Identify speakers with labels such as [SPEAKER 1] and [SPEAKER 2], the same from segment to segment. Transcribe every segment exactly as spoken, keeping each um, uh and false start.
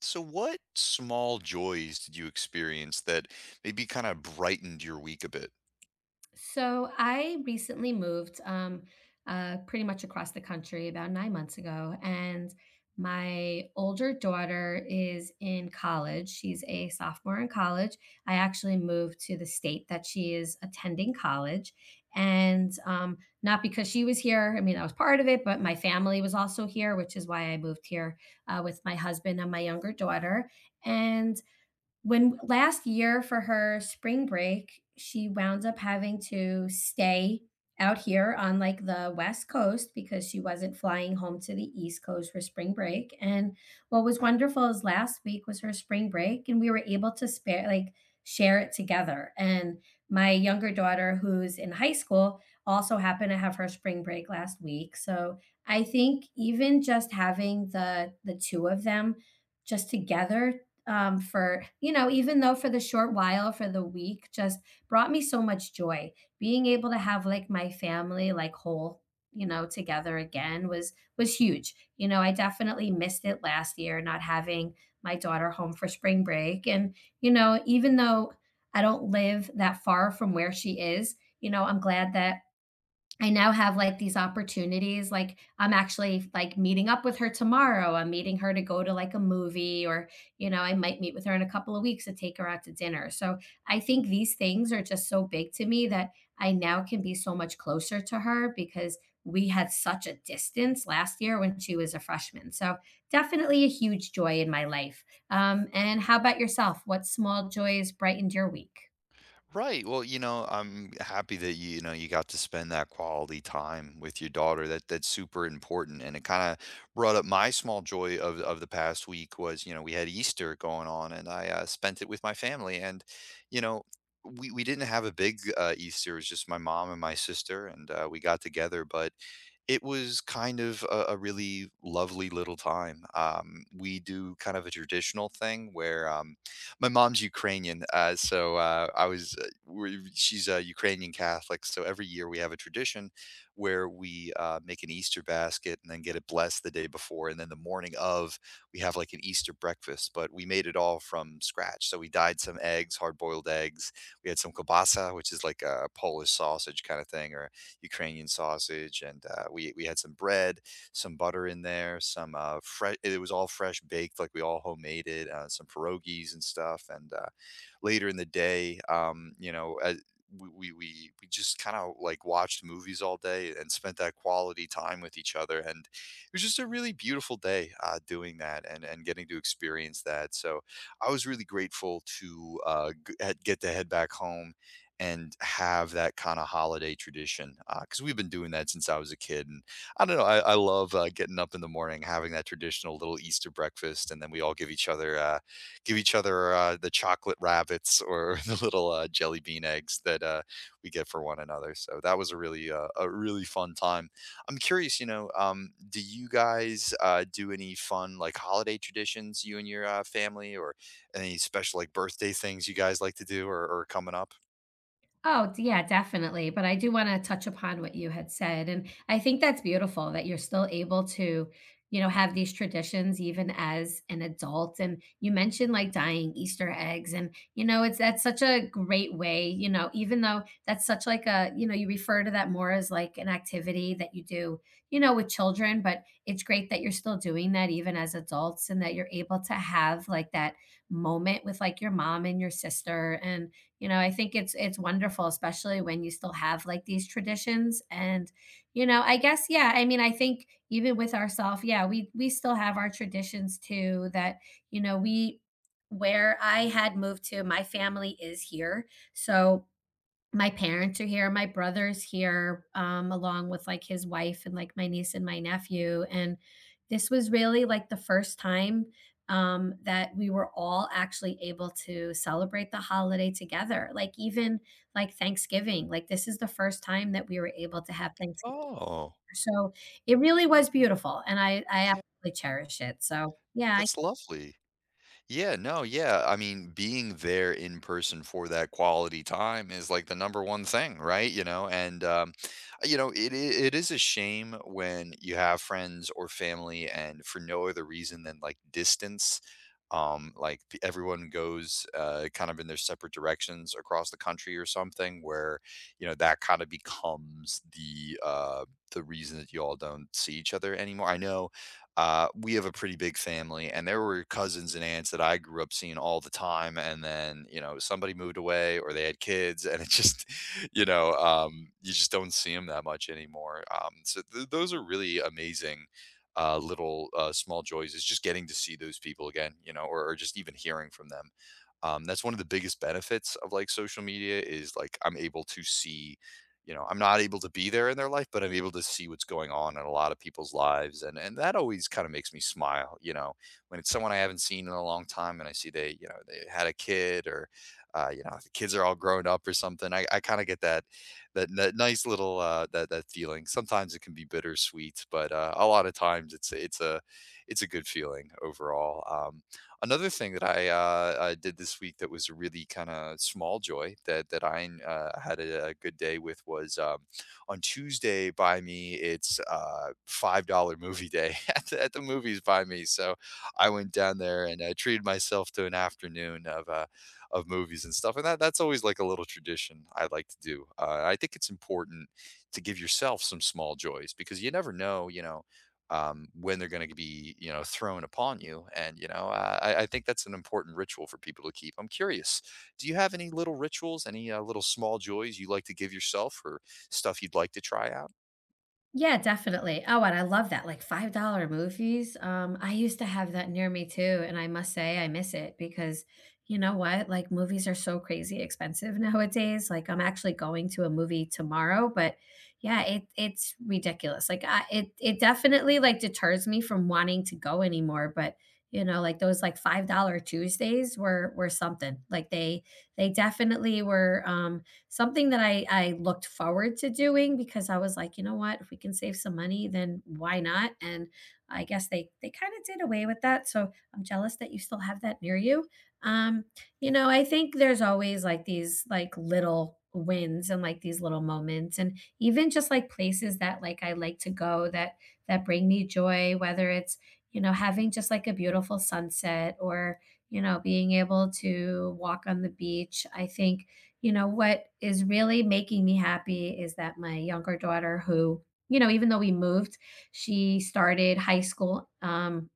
[SPEAKER 1] So, what small joys did you experience that maybe kind of brightened your week a bit?
[SPEAKER 2] So I recently moved um, uh, pretty much across the country about nine months ago, and my older daughter is in college. She's a sophomore in college. I actually moved to the state that she is attending college, and um, not because she was here. I mean, I was part of it, but my family was also here, which is why I moved here uh, with my husband and my younger daughter. And when last year for her spring break, she wound up having to stay out here on like the West Coast because she wasn't flying home to the East Coast for spring break. And what was wonderful is last week was her spring break, and we were able to spare like share it together. And my younger daughter, who's in high school, also happened to have her spring break last week. So I think even just having the the two of them just together, um, for you know even though for the short while, for the week, just brought me so much joy, being able to have like my family like whole, you know together again was was huge. You know i definitely missed it last year, not having my daughter home for spring break. And you know even though I don't live that far from where she is, you know I'm glad that I now have like these opportunities. Like I'm actually like meeting up with her tomorrow. I'm meeting her to go to like a movie or, you know, I might meet with her in a couple of weeks to take her out to dinner. So I think these things are just so big to me that I now can be so much closer to her because we had such a distance last year when she was a freshman. So definitely a huge joy in my life. Um, and how about yourself? What small joys brightened your week?
[SPEAKER 1] Right. Well, you know, I'm happy that you, you know you got to spend that quality time with your daughter. That that's super important, and it kind of brought up my small joy of of the past week. Was you know We had Easter going on, and I uh, spent it with my family, and you know we we didn't have a big uh, Easter. It was just my mom and my sister, and uh, we got together, but it was kind of a, a really lovely little time. Um, we do kind of a traditional thing where um, my mom's Ukrainian, uh, so uh, I was uh, we she's a Ukrainian Catholic. So every year we have a tradition where we uh, make an Easter basket and then get it blessed the day before, and then the morning of we have like an Easter breakfast. But we made it all from scratch. So we dyed some eggs, hard boiled eggs. We had some kielbasa, which is like a Polish sausage kind of thing, or Ukrainian sausage, and uh, we we had some bread, some butter in there, some uh, fresh. It was all fresh baked, like we all homemade it. Uh, some pierogies and stuff, and uh, later in the day, um, you know. As, we, we, we we just kind of like watched movies all day and spent that quality time with each other, and it was just a really beautiful day uh, doing that and, and getting to experience that. So I was really grateful to uh, g- had- get to head back home and have that kind of holiday tradition, because we've been doing that since I was a kid. And I don't know, I, I love uh, getting up in the morning, having that traditional little Easter breakfast, and then we all give each other uh, give each other uh, the chocolate rabbits or the little uh, jelly bean eggs that uh, we get for one another. So that was a really uh, a really fun time. I'm curious, you know, um, do you guys uh, do any fun like holiday traditions, you and your uh, family, or any special like birthday things you guys like to do, or, or coming up?
[SPEAKER 2] Oh, d- yeah, definitely. But I do want to touch upon what you had said. And I think that's beautiful that you're still able to, you know, have these traditions even as an adult. And you mentioned like dyeing Easter eggs. And, you know, it's that's such a great way, you know, even though that's such like a, you know, you refer to that more as like an activity that you do, you know, with children. But it's great that you're still doing that even as adults, and that you're able to have like that moment with like your mom and your sister. And, you know i think it's it's wonderful, especially when you still have like these traditions. And you know I guess, yeah, I mean, I think even with ourselves, yeah, we we still have our traditions too, that you know we where I had moved to, my family is here. So my parents are here, my brother's here, um, along with, like, his wife and, like, my niece and my nephew. And this was really, like, the first time, um, that we were all actually able to celebrate the holiday together, like, even, like, Thanksgiving. Like, this is the first time that we were able to have Thanksgiving,
[SPEAKER 1] Oh,
[SPEAKER 2] so it really was beautiful, and I I
[SPEAKER 1] yeah,
[SPEAKER 2] absolutely cherish it, so, yeah.
[SPEAKER 1] that's lovely. Yeah, no, yeah, I mean, being there in person for that quality time is, like, the number one thing, right? You know, and, um, you know, it i it is a shame when you have friends or family and for no other reason than, like, distance, um, like, p everyone goes, uh, kind of in their separate directions across the country or something, where, you know, that kinda becomes the, uh the reason that you all don't see each other anymore. I know uh, we have a pretty big family, and there were cousins and aunts that I grew up seeing all the time. And then, you know, somebody moved away or they had kids, and it just, you know, um, you just don't see them that much anymore. Um, so th- those are really amazing uh, little uh, small joys, is just getting to see those people again, you know, or, or just even hearing from them. Um, that's one of the biggest benefits of like social media, is like I'm able to see you know, I'm not able to be there in their life, but I'm able to see what's going on in a lot of people's lives. And and that always kind of makes me smile, you know, when it's someone I haven't seen in a long time and I see they, you know, they had a kid, or uh, you know, the kids are all grown up or something. I, I kind of get that, that that nice little uh that that feeling. Sometimes it can be bittersweet, but uh a lot of times it's it's a it's a good feeling overall. Um Another thing that I, uh, uh, did this week that was a really kinda small joy that that I, uh, had a a good day with was, um, on Tuesday by me, it's, uh, five dollars movie day at the at the movies by me, so I went down there and I treated myself to an afternoon of, uh, of movies and stuff, and that that's always like a little tradition I like to do. Uh, I think it's important to give yourself some small joys because you never know, you know, um, when they're going to be, you know, thrown upon you. And you know, uh, I, I think that's an important ritual for people to keep. I'm curious, do you have any little rituals, any uh, little small joys you like to give yourself, or stuff you'd like to try out?
[SPEAKER 2] Yeah, definitely. Oh, and I love that, like, five dollars movies. um, I used to have that near me too, and I must say I miss it because, you know what? Like, movies are so crazy expensive nowadays. Like, I'm actually going to a movie tomorrow, but yeah, it it's ridiculous. Like, I it it definitely, like, deters me from wanting to go anymore. But, you know, like, those, like, five dollars Tuesdays were were something. Like, they they definitely were, um something that I I looked forward to doing because I was like, "You know what? If we can save some money, then why not?" And I guess they they kinda did away with that, so I'm jealous that you still have that near you. Um, you know, I think there's always, like, these, like, little wins and, like, these little moments, and even just, like, places that, like, I like to go that that bring me joy, whether it's, you know, having just, like, a beautiful sunset, or, you know, being able to walk on the beach. I think, you know, what is really making me happy is that my younger daughter, who, you know, even though we moved, she started high school. um,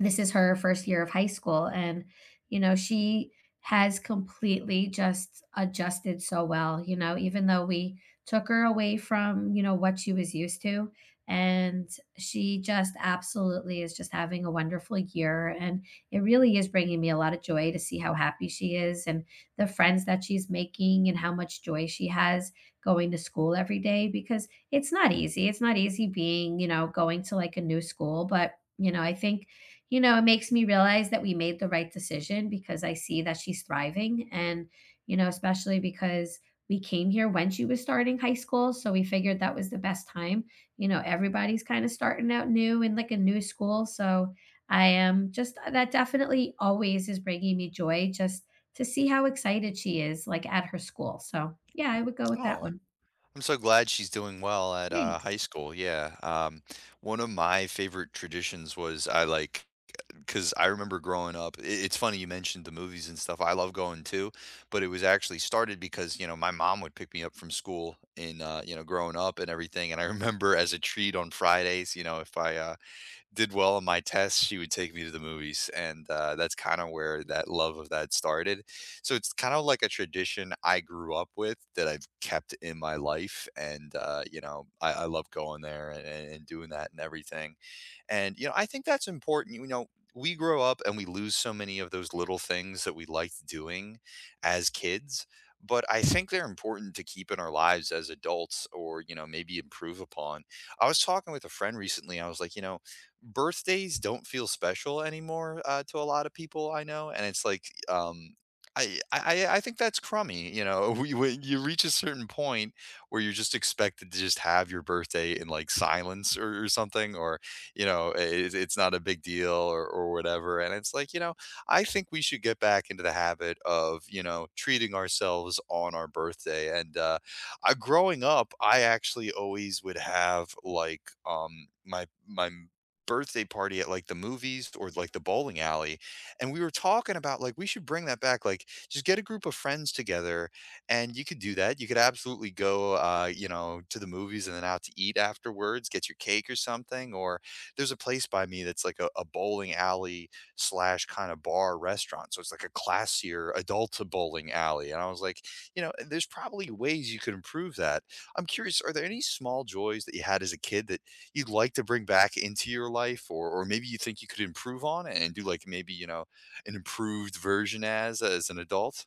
[SPEAKER 2] This is her first year of high school, and you know she has completely just adjusted so well, you know even though we took her away from you know what she was used to, and she just absolutely is just having a wonderful year. And it really is bringing me a lot of joy to see how happy she is and the friends that she's making and how much joy she has going to school every day, because it's not easy, it's not easy, being, you know going to like a new school. But you know I think, you know, it makes me realize that we made the right decision, because I see that she's thriving. And, you know, especially because we came here when she was starting high school, so we figured that was the best time. You know, everybody's kind of starting out new in like a new school, so I am just uh, that definitely always is bringing me joy, just to see how excited she is like at her school. So, yeah, I would go with that
[SPEAKER 1] Oh,
[SPEAKER 2] one.
[SPEAKER 1] I'm so glad she's doing well at uh, high
[SPEAKER 2] Thanks.
[SPEAKER 1] school. Yeah. Um, one of my favorite traditions was I like because I remember growing up. It, it's funny you mentioned the movies and stuff. I love going too, but it was actually started because you know my mom would pick me up from school in uh, you know growing up and everything. And I remember as a treat on Fridays, you know, if I uh, did well on my tests, she would take me to the movies, and uh, that's kind of where that love of that started. So it's kind of like a tradition I grew up with that I've kept in my life, and uh, you know, I, I love going there and, and and doing that and everything, and, you know, I think that's important. You know, we grow up and we lose so many of those little things that we liked doing as kids. But I think they're important to keep in our lives as adults or, you know, maybe improve upon. I was talking with a friend recently. I was like, you know, birthdays don't feel special anymore uh, to a lot of people I know. And it's like, um, I, I I I think that's crummy. You know, we, when you reach a certain point where you're just expected to just have your birthday in like silence, or, or something, or you know, it's, it's not a big deal, or, or whatever. And it's like, you know, I think we should get back into the habit of, you know, treating ourselves on our birthday. And uh, I, growing up, I actually always would have like um, my, my, birthday party at like the movies or like the bowling alley, and we were talking about like we should bring that back, like just get a group of friends together, and you could do that. You could absolutely go uh you know to the movies and then out to eat afterwards, get your cake or something, or there's a place by me that's like a, a bowling alley slash kind of bar restaurant. So it's like a classier adult bowling alley. And I was like, you know, there's probably ways you could improve that. I'm curious, are there any small joys that you had as a kid that you'd like to bring back into your life, or or maybe you think you could improve on and do like maybe, you know, an improved version as as an adult?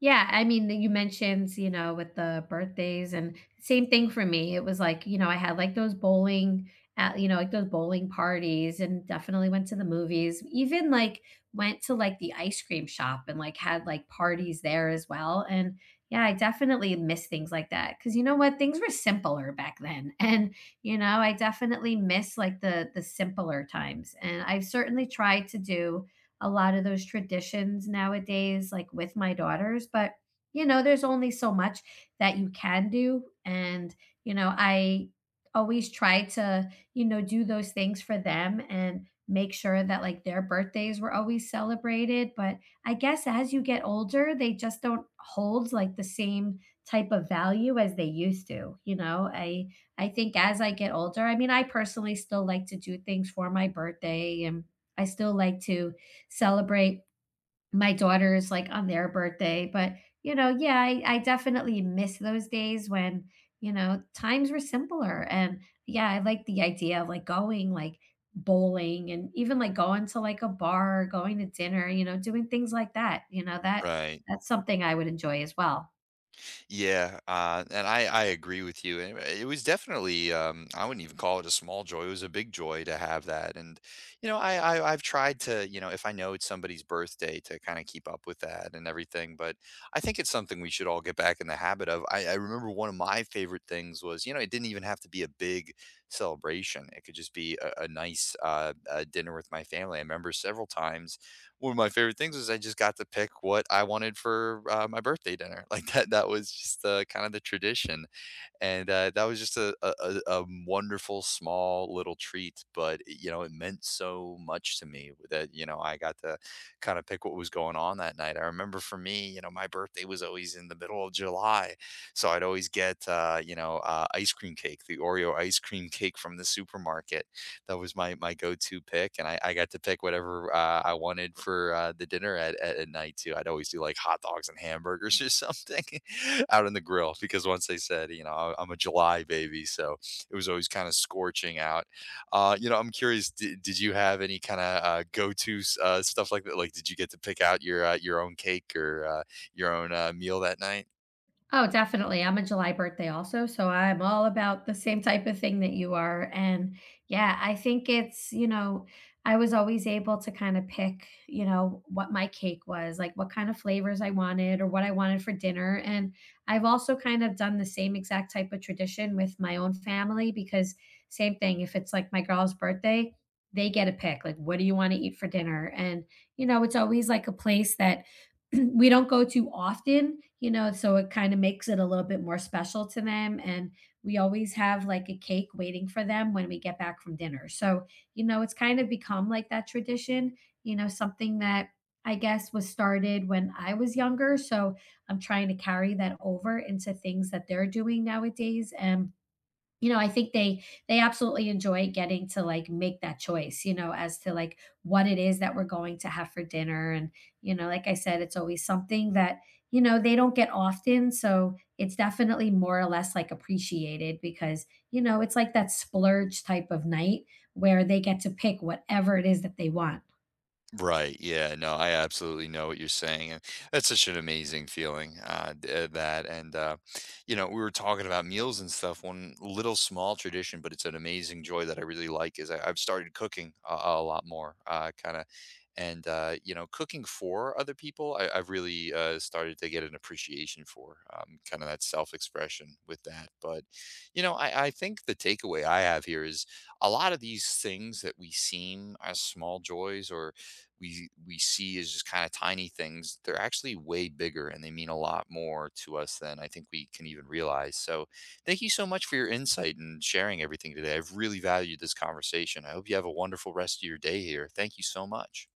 [SPEAKER 2] Yeah, I mean, you mentioned, you know, with the birthdays, and same thing for me. It was like, you know, I had like those bowling, at, you know, like those bowling parties, and definitely went to the movies, even like went to like the ice cream shop, and like had like parties there as well. And yeah, I definitely miss things like that because, you know what? Things were simpler back then. And, you know, I definitely miss like the the simpler times. And I've certainly tried to do a lot of those traditions nowadays, like with my daughters. But, you know, there's only so much that you can do. And, you know, I always try to, you know, do those things for them and make sure that like their birthdays were always celebrated. But I guess as you get older, they just don't hold like the same type of value as they used to. You know i i think, as I get older, I mean, I personally still like to do things for my birthday, and I still like to celebrate my daughters like on their birthday. But, you know, yeah, I, I definitely miss those days when, you know, times were simpler. And yeah, I like the idea of like going like bowling, and even like going to like a bar, going to dinner, you know, doing things like that. You know, that
[SPEAKER 1] Right.
[SPEAKER 2] that's something I would enjoy as well.
[SPEAKER 1] Yeah, uh, and I I agree with you. And it was definitely um, I wouldn't even call it a small joy. It was a big joy to have that. And you know, I, I I've tried to you know if I know it's somebody's birthday to kind of keep up with that and everything. But I think it's something we should all get back in the habit of. I, I remember one of my favorite things was you know it didn't even have to be a big celebration. It could just be a, a nice uh, uh dinner with my family. I remember several times one of my favorite things was I just got to pick what I wanted for, uh, my birthday dinner. Like, that that was just, uh, kinda the tradition, and, uh, that was just a a a a wonderful small little treat, but, it- you know, it meant so much to me that, you know, I got to kinda pick what was going on that night. I remember for me, you know, my birthday was always in the middle of July, so I'd always get, uh, you know, uh, ice cream cake, the Oreo ice cream cake from the supermarket. That was my my go-to pick, and I, I got to pick whatever uh, I wanted for uh, the dinner at, at at night too. I'd always do like hot dogs and hamburgers or something out on the grill, because once they said, you know, I am a July baby, so it was always kind of scorching out. Uh, you know, I'm curious. Did, did you have any kind of uh, go-to uh, stuff like that? Like, did you get to pick out your uh, your own cake, or uh, your own uh, meal that night?
[SPEAKER 2] Oh, definitely. I'm a July birthday also, so I'm all about the same type of thing that you are. And yeah, I think it's, you know, I was always able to kind of pick, you know, what my cake was, like what kind of flavors I wanted or what I wanted for dinner. And I've also kind of done the same exact type of tradition with my own family, because same thing, if it's like my girl's birthday, they get a pick, like, what do you want to eat for dinner? And you know, it's always like a place that we don't go too often, you know, so it kind of makes it a little bit more special to them. And we always have like a cake waiting for them when we get back from dinner. So, you know, it's kind of become like that tradition, you know, something that I guess was started when I was younger. So I'm trying to carry that over into things that they're doing nowadays. And you know, I think they they absolutely enjoy getting to, like, make that choice, you know, as to, like, what it is that we're going to have for dinner, and, you know, like I said, it's always something that, you know, they don't get often, so it's definitely more or less, like, appreciated because, you know, it's like that splurge type of night where they get to pick whatever it is that they want.
[SPEAKER 1] Right. Yeah. No, I absolutely know what you're saying. And that's such an amazing feeling, uh, d- uh, that. And, uh, you know, we were talking about meals and stuff. One little small tradition, but it's an amazing joy that I really like is I, I've started cooking a, a lot more, uh, kind of. And, uh, you know, cooking for other people, I, I've really uh, started to get an appreciation for um, kind of that self expression with that. But, you know, I, I think the takeaway I have here is a lot of these things that we seem as small joys, or we we see as just kind of tiny things, they're actually way bigger and they mean a lot more to us than I think we can even realize. So thank you so much for your insight and sharing everything today. I've really valued this conversation. I hope you have a wonderful rest of your day here. Thank you so much.